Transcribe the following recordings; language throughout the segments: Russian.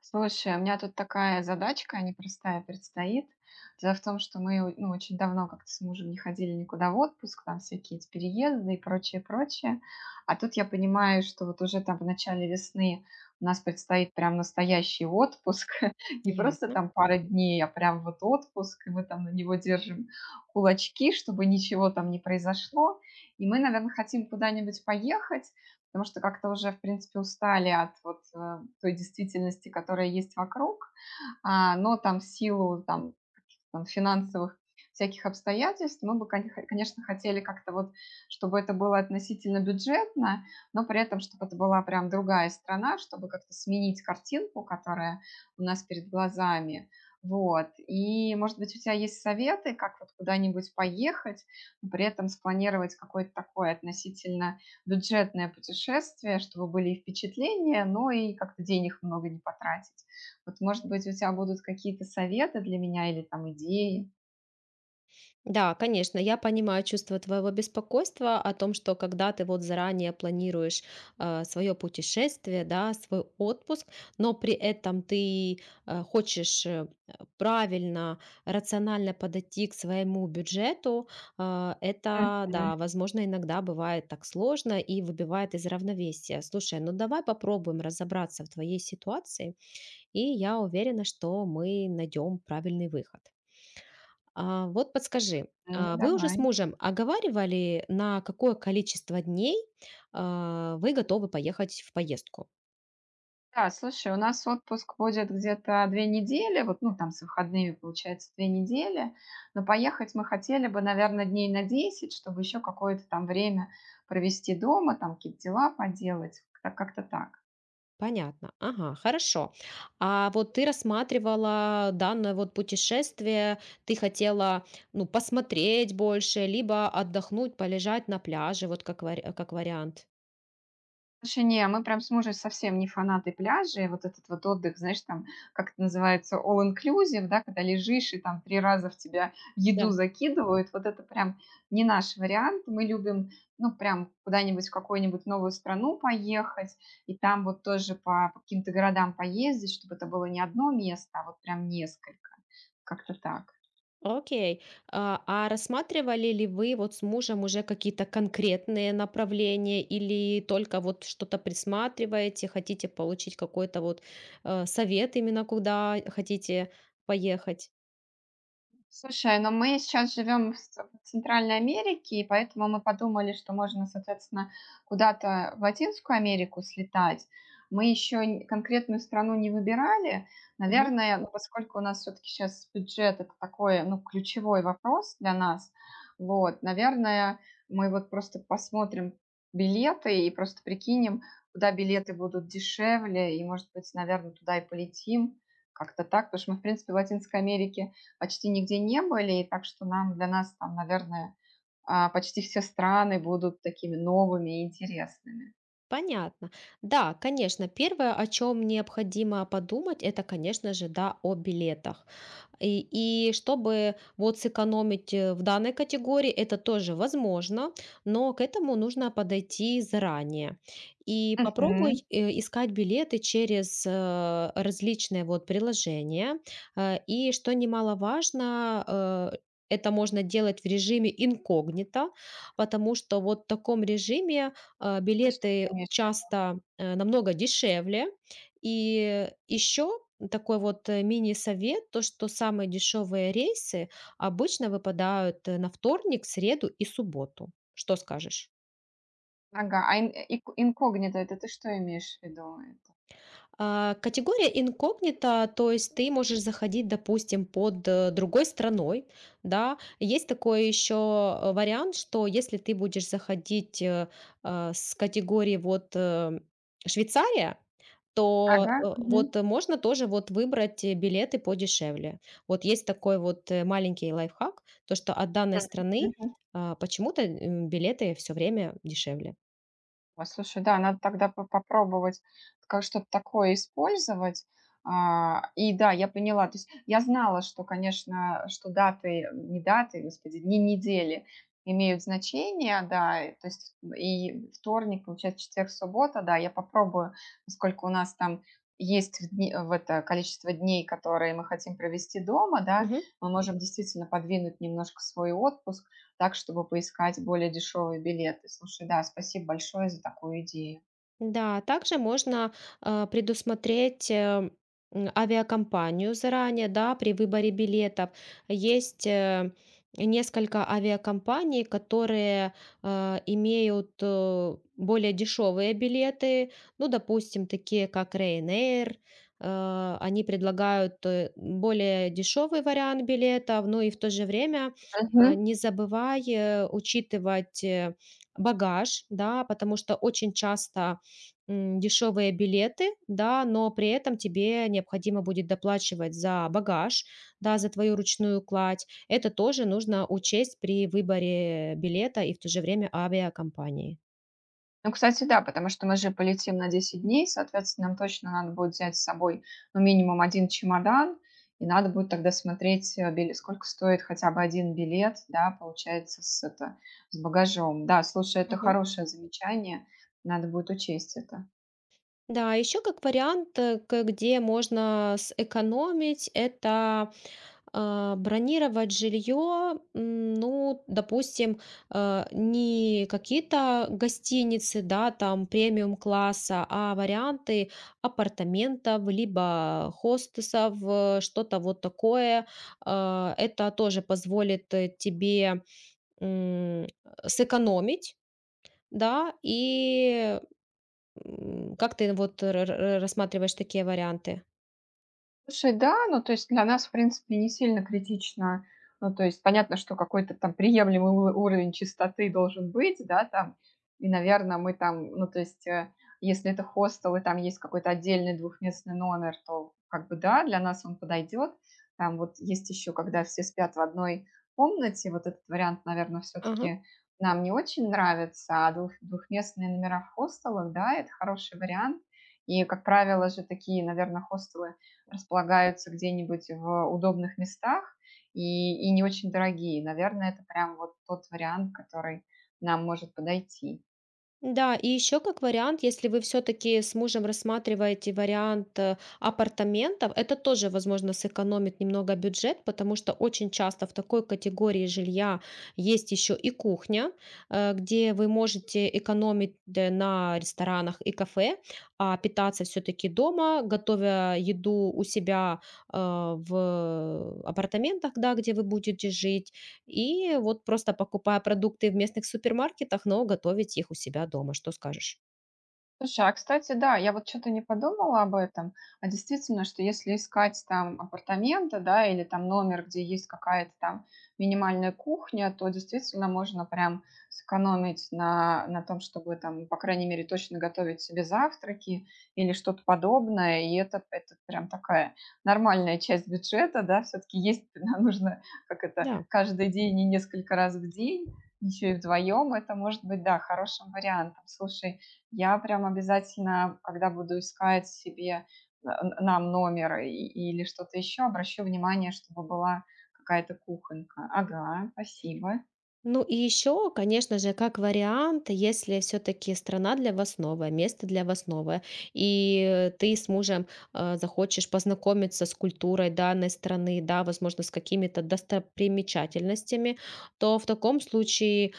Слушай, у меня тут такая задачка непростая предстоит. Дело в том, что мы, ну, очень давно как-то с мужем не ходили никуда в отпуск, там всякие эти переезды и прочее, прочее. А тут я понимаю, что вот уже там в начале весны у нас предстоит прям настоящий отпуск. Не просто Ясно. там пара дней, а прям вот отпуск, и мы там на него держим кулачки, чтобы ничего там не произошло. И мы, наверное, хотим куда-нибудь поехать, потому что как-то уже, в принципе, устали от вот той действительности, которая есть вокруг, но там в силу там, финансовых всяких обстоятельств, мы бы, конечно, хотели как-то вот, чтобы это было относительно бюджетно, но при этом, чтобы это была прям другая страна, чтобы как-то сменить картинку, которая у нас перед глазами. Вот. И, может быть, у тебя есть советы, как вот куда-нибудь поехать, но при этом спланировать какое-то такое относительно бюджетное путешествие, чтобы были и впечатления, но и как-то денег много не потратить. Вот, может быть, у тебя будут какие-то советы для меня или там идеи? Да, конечно, я понимаю чувство твоего беспокойства о том, что когда ты вот заранее планируешь свое путешествие, да, свой отпуск, но при этом ты хочешь, правильно, рационально подойти к своему бюджету, это, Мгм. да, возможно, иногда бывает так сложно и выбивает из равновесия. Слушай, ну давай попробуем разобраться в твоей ситуации, и я уверена, что мы найдем правильный выход. А, вот подскажи, Ну, вы уже с давай. мужем оговаривали, на какое количество дней, вы готовы поехать в поездку? Да, слушай, у нас отпуск будет где-то 2 недели, вот, ну, там с выходными получается 2 недели, но поехать мы хотели бы, наверное, дней на 10, чтобы еще какое-то там время провести дома, там какие-то дела поделать, как-то так. Понятно. Ага, хорошо. А вот ты рассматривала данное вот путешествие, ты хотела, ну, посмотреть больше, либо отдохнуть, полежать на пляже, вот как вариант. Слушай, не, мы прям с мужем совсем не фанаты пляжей. Вот этот вот отдых, знаешь, там, как это называется, all inclusive, да, когда лежишь и там 3 раза в тебя еду Да. закидывают. Вот это прям не наш вариант. Мы любим, ну, прям куда-нибудь в какую-нибудь новую страну поехать и там вот тоже по каким-то городам поездить, чтобы это было не одно место, а вот прям несколько. Как-то так. Окей. А рассматривали ли вы вот с мужем уже какие-то конкретные направления или только вот что-то присматриваете, хотите получить какой-то вот совет именно куда хотите поехать? Слушай, но мы сейчас живем в Центральной Америке, и поэтому мы подумали, что можно, соответственно, куда-то в Латинскую Америку слетать. Мы еще н конкретную страну не выбирали. Мгм. Наверное, ну, поскольку у нас все таки сейчас это такой, ну, ключевой вопрос для нас, вот, наверное, мы вот просто посмотрим билеты и просто прикинем, куда билеты будут дешевле, и, может быть, наверное, туда и полетим. Как-то так. Потому что мы, в принципе, в Латинской Америке почти нигде не были, и так что нам для нас там, наверное, почти все страны будут такими новыми и интересными. Понятно. Да, конечно, первое, о чем необходимо подумать, это, конечно же, да, о билетах. И, и чтобы вот сэкономить в данной категории, это тоже возможно, но к этому нужно подойти заранее. И Мгм. попробуй искать билеты через различные вот приложения. И что немаловажно, э, это можно делать в режиме инкогнито, потому что вот в таком режиме Это что ты билеты имеешь в виду? часто намного дешевле, и еще такой вот мини-совет, то, что самые дешевые рейсы обычно выпадают на вторник, среду и субботу. Что скажешь? Ага, а ин э, ик инкогнито- это ты что имеешь в виду это? А, категория инкогнито, то есть ты можешь заходить, допустим, под другой страной, да. Есть такой еще вариант, что если ты будешь заходить с категории вот Швейцария, то Ага. Мгм. вот можно тоже вот выбрать билеты подешевле. Вот есть такой вот маленький лайфхак, то что от данной Мгм. страны почему-то билеты все время дешевле. Ой, слушай, да, надо тогда по попробовать как что-то такое использовать. А, и да, я поняла. То есть я знала, что, конечно, что даты, не даты, господи, дни недели имеют значение, да. И, то есть и вторник, получается, четверг, суббота, да, я попробую, поскольку у нас там есть в это количество дней, которые мы хотим провести дома, да, мы можем действительно подвинуть немножко свой отпуск так, чтобы поискать более дешевые билеты. Слушай, да, спасибо большое за такую идею. Да, также можно предусмотреть авиакомпанию заранее, да, при выборе билетов. Есть несколько авиакомпаний, которые имеют более дешевые билеты, ну, допустим, такие как Ryanair, они предлагают более дешевый вариант билетов, но и в то же время Мгм. не забывай учитывать багаж, да, потому что очень часто дешевые билеты, да, но при этом тебе необходимо будет доплачивать за багаж, да, за твою ручную кладь. Это тоже нужно учесть при выборе билета и в то же время авиакомпании. Ну, кстати, да, потому что мы же полетим на 10 дней, соответственно, нам точно надо будет взять с собой, ну, минимум один чемодан, и надо будет тогда смотреть, сколько стоит хотя бы один билет, да, получается, с багажом. Да, слушай, это Мгм. хорошее замечание, надо будет учесть это. Да, еще как вариант, э, к где можно сэкономить, это бронировать жилье, ну, допустим, не какие-то гостиницы, да, там премиум класса, а варианты апартаментов, либо хостесов, что-то вот такое. А, это тоже позволит тебе м, сэкономить. Да, и М, как ты вот р р рассматриваешь такие варианты? Слушай, да, ну, то есть для нас, в принципе, не сильно критично. Ну, то есть понятно, что какой-то там приемлемый уровень чистоты должен быть, да, там. И, наверное, мы там, ну, то есть, если это хостел и там есть какой-то отдельный двухместный номер, то как бы да, для нас он подойдет. Там вот есть еще, когда все спят в одной комнате, вот этот вариант, наверное, Ага. все-таки нам не очень нравится, а двухместные номера в хостелах, да, это хороший вариант. И, как правило же, такие, наверное, хостелы, располагаются где-нибудь в удобных местах и не очень дорогие. Наверное, это прям вот тот вариант, который нам может подойти. Да, и еще как вариант, если вы все-таки с мужем рассматриваете вариант апартаментов, это тоже, возможно, сэкономит немного бюджет, потому что очень часто в такой категории жилья есть еще и кухня, где вы можете экономить на ресторанах и кафе, а питаться все-таки дома, готовя еду у себя в апартаментах, да, где вы будете жить. И вот просто покупая продукты в местных супермаркетах, но готовить их у себя дома. Что скажешь? Слушай, а кстати, да, я вот что-то не подумала об этом, а действительно, что если искать там апартаменты, да, или там номер, где есть какая-то там минимальная кухня, то действительно можно прям сэкономить на том, чтобы там, по крайней мере, точно готовить себе завтраки или что-то подобное, и это прям такая нормальная часть бюджета, да, все-таки есть, нужно, как это, Да. каждый день и несколько раз в день, еще и вдвоем, это может быть, да, хорошим вариантом. Слушай, я прям обязательно, когда буду искать себе, э, нам номер или что-то еще, обращу внимание, чтобы была какая-то кухонька. Ага, спасибо. Ну и еще, конечно же, как вариант, если все-таки страна для вас новая, место для вас новое, и ты с мужем захочешь познакомиться с культурой данной страны, да, возможно, с какими-то достопримечательностями, то в таком случае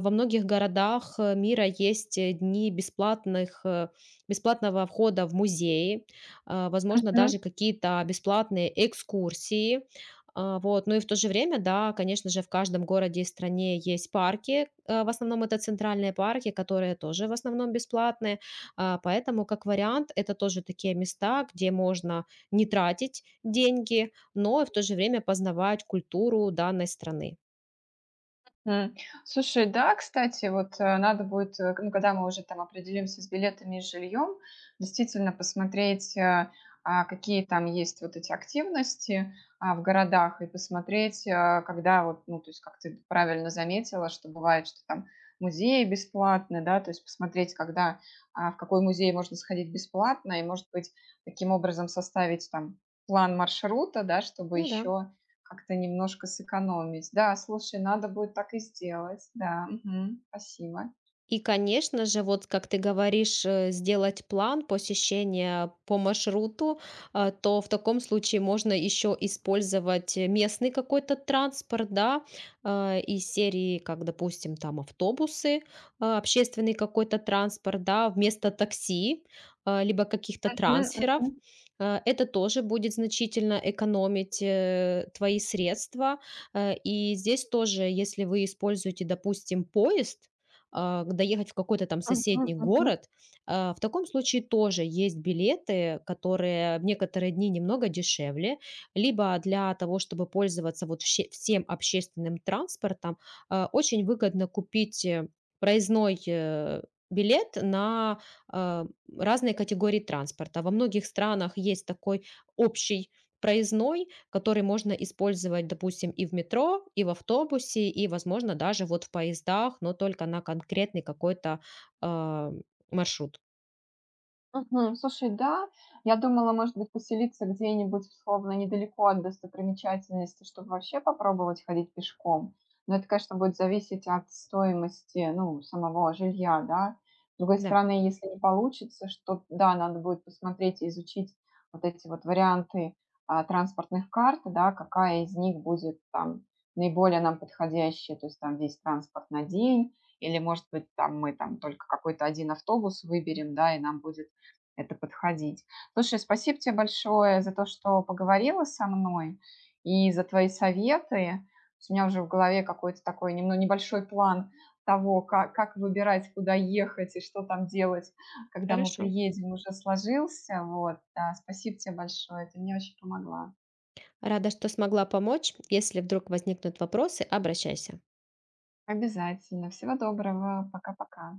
во многих городах мира есть бесплатного входа в музеи, возможно, даже какие-то бесплатные экскурсии, вот, ну и в то же время, да, конечно же, в каждом городе и стране есть парки. В основном это центральные парки, которые тоже в основном бесплатные. А, поэтому, как вариант, это тоже такие места, где можно не тратить деньги, но и в то же время познавать культуру данной страны. М. Слушай, да, кстати, вот, надо будет, ну, когда мы уже там определимся с билетами и с жильем, действительно посмотреть, какие там есть вот эти активности, в городах, и посмотреть, когда вот, ну, то есть, как ты правильно заметила, что бывает, что там музеи бесплатны, да, то есть посмотреть, когда, в какой музей можно сходить бесплатно, и, может быть, таким образом составить там план маршрута, да, чтобы Ну да. еще, как-то немножко сэкономить. Да, слушай, надо будет так и сделать. Да, мгм, спасибо. И, конечно же, вот как ты говоришь, сделать план посещения по маршруту, то в таком случае можно еще использовать местный какой-то транспорт, да, из серии, как, допустим, там автобусы, общественный какой-то транспорт, да, вместо такси, либо каких-то Мгм, трансферов. А, это тоже будет значительно экономить твои средства. И здесь тоже, если вы используете, допустим, поезд, а, к доехать в какой-то там мгм, соседний мгм, мгм. город. В таком случае тоже есть билеты, которые в некоторые дни немного дешевле, либо для того, чтобы пользоваться вот всем общественным транспортом, очень выгодно купить проездной билет на а, разные категории транспорта. Во многих странах есть такой общий проездной, который можно использовать, допустим, и в метро, и в автобусе, и, возможно, даже вот в поездах, но только на конкретный какой-то, а, маршрут. Мгм. Слушай, да, я думала, может быть, поселиться где-нибудь, условно, недалеко от достопримечательности, чтобы вообще попробовать ходить пешком. Но это, конечно, будет зависеть от стоимости, ну, самого жилья, да. С другой Да, стороны, если не получится, что, да, надо будет посмотреть и изучить вот эти вот варианты транспортных карт, да, какая из них будет там наиболее нам подходящая, то есть там весь транспорт на день, или, может быть, там мы там только какой-то один автобус выберем, да, и нам будет это подходить. Слушай, спасибо тебе большое за то, что поговорила со мной и за твои советы. У меня уже в голове какой-то такой немного небольшой план того, как выбирать, куда ехать и что там делать, когда мы хорошо. приедем, уже сложился. Вот, да, спасибо тебе большое, ты мне очень помогла. Рада, что смогла помочь. Если вдруг возникнут вопросы, обращайся. Обязательно. Всего доброго. Пока-пока.